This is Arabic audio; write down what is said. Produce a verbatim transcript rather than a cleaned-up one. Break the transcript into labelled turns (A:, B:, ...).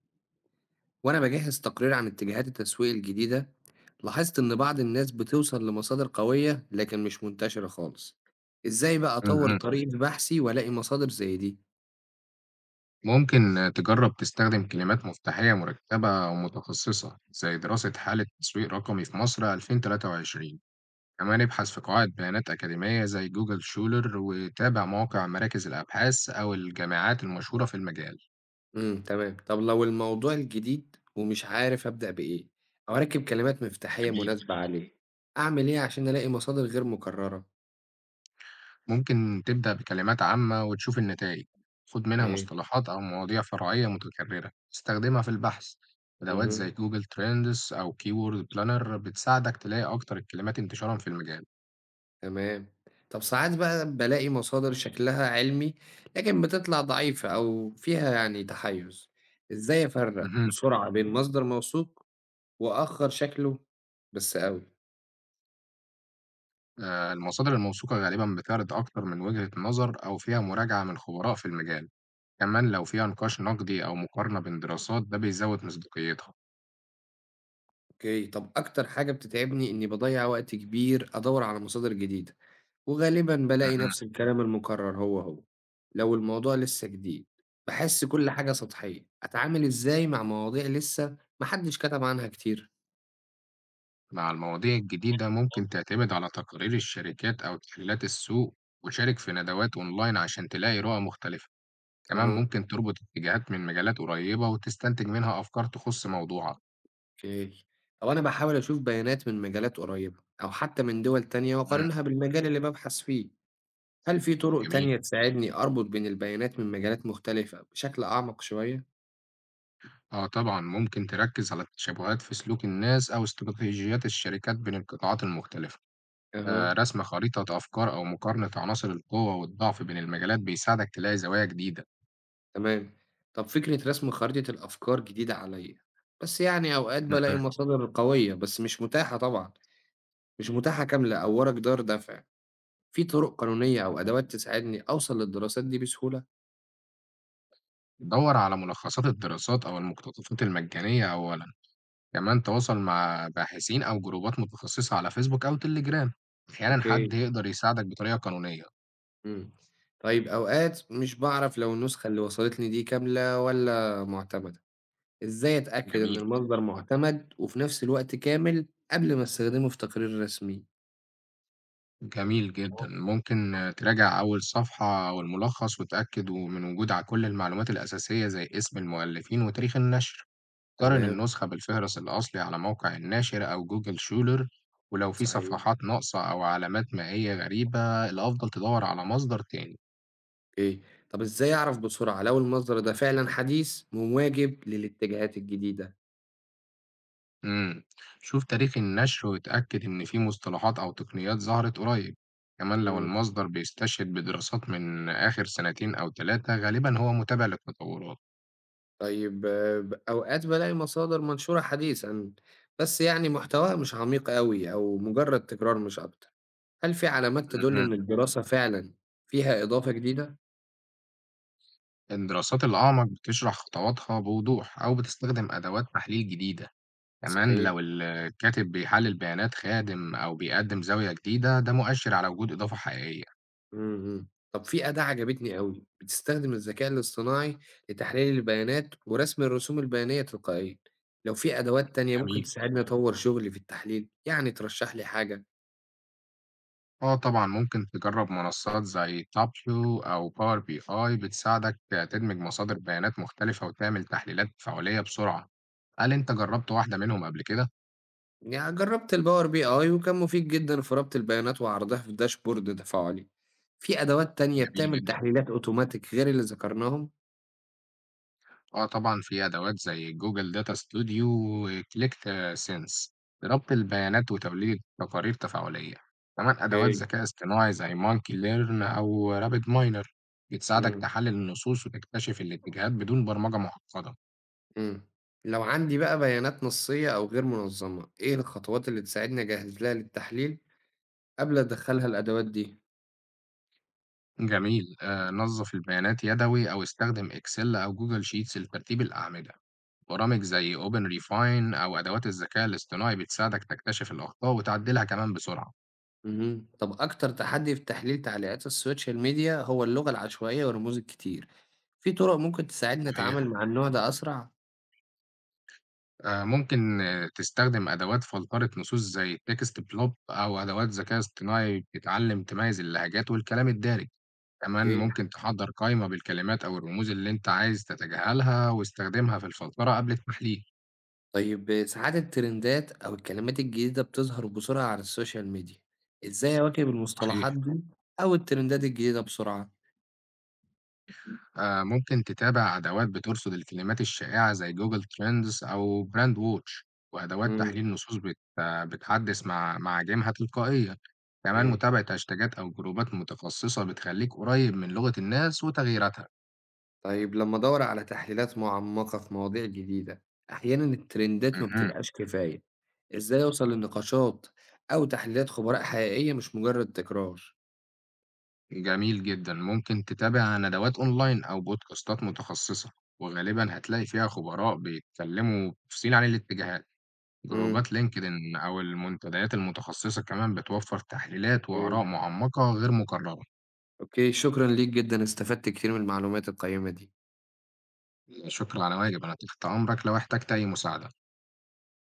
A: وأنا بجهز تقرير عن اتجاهات التسويق الجديدة. لاحظت إن بعض الناس بتوصل لمصادر قوية لكن مش منتشرة خالص. إزاي بقى أطور طيب
B: اهم.
A: طريقة بحثي وألاقي مصادر زي دي؟
B: ممكن تجرّب تستخدم كلمات مفتاحية مركبة ومتخصصة، زي دراسة حالة تسويق رقمي في مصر ألفين وتلاتة وعشرين. كمان ابحث في قواعد بيانات أكاديمية زي جوجل شولر، وتابع مواقع مراكز الأبحاث أو الجامعات المشهورة في المجال.
A: امم تمام. طب لو الموضوع الجديد ومش عارف أبدأ بإيه أو أركب كلمات مفتاحية
B: جميل.
A: مناسبة عليه، أعمل إيه عشان ألاقي مصادر غير مكررة؟
B: ممكن تبدأ بكلمات عامة وتشوف النتائج. خُد منها
A: اوكي.
B: مصطلحات أو مواضيع فرعية متكررة، استخدمها في البحث. أدوات
A: مهم.
B: زي جوجل ترندز أو keyword planner بتساعدك تلاقي أكتر الكلمات انتشارًا في المجال.
A: تمام. طب ساعات بقى بالاقي مصادر شكلها علمي، لكن بتطلع ضعيفة أو فيها يعني تحيُّز، إزاي أفرّق
B: اهم.
A: بسرعة بين مصدر موثوق وآخر شكله بس أوي؟
B: آه، المصادر الموثوقة غالبا بتعرض أكتر من وجهة نظر أو فيها مراجعة من خبراء في المجال. كمان لو فيها نقاش نقدي أو مقارنة بين دراسات ده بيزود مصداقيتها.
A: أوكي، طب أكتر حاجة بتتعبني إني باضيّع وقت كبير أدوّر على مصادر جديدة، وغالبًا بالاقي
B: مهم.
A: نفس الكلام المكرر هو، هو. لو الموضوع لسه جديد، باحس كل حاجة سطحية، أتعامل إزاي مع مواضيع لسه ما حدش كتب عنها كتير؟
B: مع المواضيع الجديدة ممكن تعتمد على تقارير الشركات أو تحليلات السوق. وشارك في ندوات أونلاين عشان تلاقي رؤى مختلفة. كمان
A: أها.
B: ممكن تربط اتجاهات من مجالات قريبة وتستنتج منها أفكار تخص موضوعك.
A: أوكي. أو أنا باحاول أشوف بيانات من مجالات قريبة، أو حتى من دول تانية
B: مم.
A: وأقارنها بالمجال اللي بابحث فيه، هل في طرق
B: جميل.
A: تانية تساعدني أربط بين البيانات من مجالات مختلفة بشكل أعمق شوية؟
B: اه طبعا ممكن تركز على التشابهات في سلوك الناس أو استراتيجيات الشركات بين القطاعات المختلفة. آه،
A: أها،
B: رسم خريطة أفكار أو مقارنة عناصر القوة والضعف بين المجالات بيساعدك تلاقي زوايا جديدة.
A: تمام. طب فكرة رسم خريطة الأفكار جديدة عليَّ، بس يعني أوقات بالاقي
B: مهم.
A: مصادر قوية بس مش متاحة طبعًا، مش متاحة كاملة أو ورا جدار دافع، في طرق قانونية أو أدوات تساعدني أوصل للدراسات دي بسهولة؟
B: دور على ملخصات الدراسات أو المقتطفات المجانية أولا. كمان تواصل مع باحثين أو جروبات متخصصة على فيسبوك أو تليجرام. أحيانا حد
A: أوكي.
B: يقدر يساعدك بطريقة قانونية.
A: إمم. طيب أوقات مش باعرف لو النسخة اللي وصلتني دي كاملة والّا مُعتمدة، إزاي أتأكد إن
B: جميل.
A: المصدر مُعتمد وفي نفس الوقت كامل قبل ما أستخدمه في تقرير رسمي؟
B: جميل جدا، ممكن آه، تراجع أول صفحة أو الملخص وتأكد من وجود على كل المعلومات الأساسية زي اسم المؤلفين وتاريخ النشر. قارن
A: تمام،
B: النسخة بالفهرس الأصلي على موقع الناشر أو جوجل شولر. ولو في
A: صحيح،
B: صفحات ناقصة أو علامات مائية غريبة الأفضل تدور على مصدر تاني.
A: أوكي. طب إزاي أعرف بسرعة لو المصدر ده فعلًا حديث ومواكب للاتجاهات الجديدة؟
B: مم. شوف تاريخ النشر وتأكد إن في مصطلحات أو تقنيات ظهرت قريب. كمان لو
A: إمم.
B: المصدر بيستشهد بدراسات من آخر سنتين أو ثلاثة غالبا هو متابع للتطورات.
A: طيب آه، ب أوقات بالاقي مصادر منشورة حديثًا، بس يعني محتواها مش عميق أوي أو مجرد تكرار مش أكتر. هل في علامات تدل
B: مهم.
A: إن الدراسة فعلًا فيها إضافة جديدة؟
B: الدراسات الأعمق بتشرح خطواتها بوضوح أو بتستخدم أدوات تحليل جديدة. كمان
A: صحيح،
B: لو الكاتب بيحلل بيانات خادم أو بيقدم زاوية جديدة ده مؤشر على وجود إضافة حقيقية.
A: إمم، إمم. طب في أداة عجبتني أوي، بتستخدم الذكاء الاصطناعي لتحليل البيانات ورسم الرسوم البيانية تلقائيًا. لو في أدوات تانية ممكن
B: جميل.
A: تساعدني أطوّر شغلي في التحليل، يعني ترشح لي حاجة؟
B: اه طبعا ممكن تجرب منصات زي تابلو أو باور بي آي بتساعدك تدمج مصادر بيانات مختلفة وتعمل تحليلات فعولية بسرعة. هل أنت جربت واحدة منهم قبل كده؟
A: يعني جربت الباور بي اي وكان مفيد جدا في ربط البيانات وعرضها في داشبورد تفاعلي. في ادوات تانية
B: جميل
A: بتعمل
B: جدا.
A: تحليلات اوتوماتيك غير اللي ذكرناهم؟
B: آه طبعًا في أدوات زي Google Data Studio وClick Sense لربط البيانات وتوليد تقارير تفاعلية، كمان أدوات
A: اوكي.
B: ذكاء اصطناعي زي Monkey Learn أو RabbitMiner بتساعدك
A: امم
B: تحلل النصوص وتكتشف الاتجاهات بدون برمجة معقدة.
A: امم لو عندي بقى بيانات نصية او غير منظمة، ايه الخطوات اللي تساعدني اجهز لها للتحليل قبل ادخلها الادوات دي؟
B: جميل، آآ نظّف البيانات يدوي أو استخدم Excel أو Google Sheets لترتيب الأعمدة. برامج زي OpenRefine أو أدوات الذكاء الاصطناعي بتساعدك تكتشف الأخطاء وتعدلها كمان بسرعة.
A: امم طب اكتر تحدي في تحليل تعليقات السوشيال ميديا هو اللغة العشوائية والرموز الكتير، في طرق ممكن تساعدني اتعامل
B: صحيح.
A: مع النوع ده اسرع؟
B: آآ ممكن آه، تستخدم أدوات فلترة نصوص زي text block أو أدوات ذكاء اصطناعي بتتعلم تميّز اللهجات والكلام الدارج، كمان
A: اوكي.
B: ممكن تحضّر قايمة بالكلمات أو الرموز اللي أنت عايز تتجاهلها واستخدمها في الفلترة قبل التحليل.
A: طيب ساعات الترندات أو الكلمات الجديدة بتظهر بسرعة على السوشيال ميديا، إزاي أواكب المصطلحات
B: صحيح.
A: دي أو الترندات الجديدة بسرعة؟
B: آآ ممكن تتابع أدوات بترصد الكلمات الشائعة زي Google Trends أو Brand Watch. وأدوات
A: إمم،
B: تحليل نصوص بت آه، بتحدّث مع معاجمها تلقائيًا. كمان
A: أوكي.
B: متابعة هاشتاجات أو جروبات متخصصة بتخلّيك قريب من لغة الناس وتغييراتها.
A: طيب لمّا أدوّر على تحليلات معمقة في مواضيع جديدة، أحيانًا الترندات ما
B: اهم.
A: بتبقاش كفاية، إزاي أوصل لنقاشات أو تحليلات خبراء حقيقية مش مجرد تكرار؟
B: جميل جدًا، ممكن تتابع ندوات أونلاين أو بودكاستات متخصصة، وغالبًا هتلاقي فيها خبراء بيتكلموا تفصيل عن الاتجاهات،
A: إمم،
B: جروبات LinkedIn أو المنتديات المتخصصة كمان بتوفر تحليلات وآراء
A: أوكي.
B: معمقة غير مكررة.
A: أوكي، شكرًا ليك جدًا، استفدت كتير من المعلومات القيّمة دي.
B: لا شكر على واجب، أنا تحت أمرك لو احتجت أي مساعدة.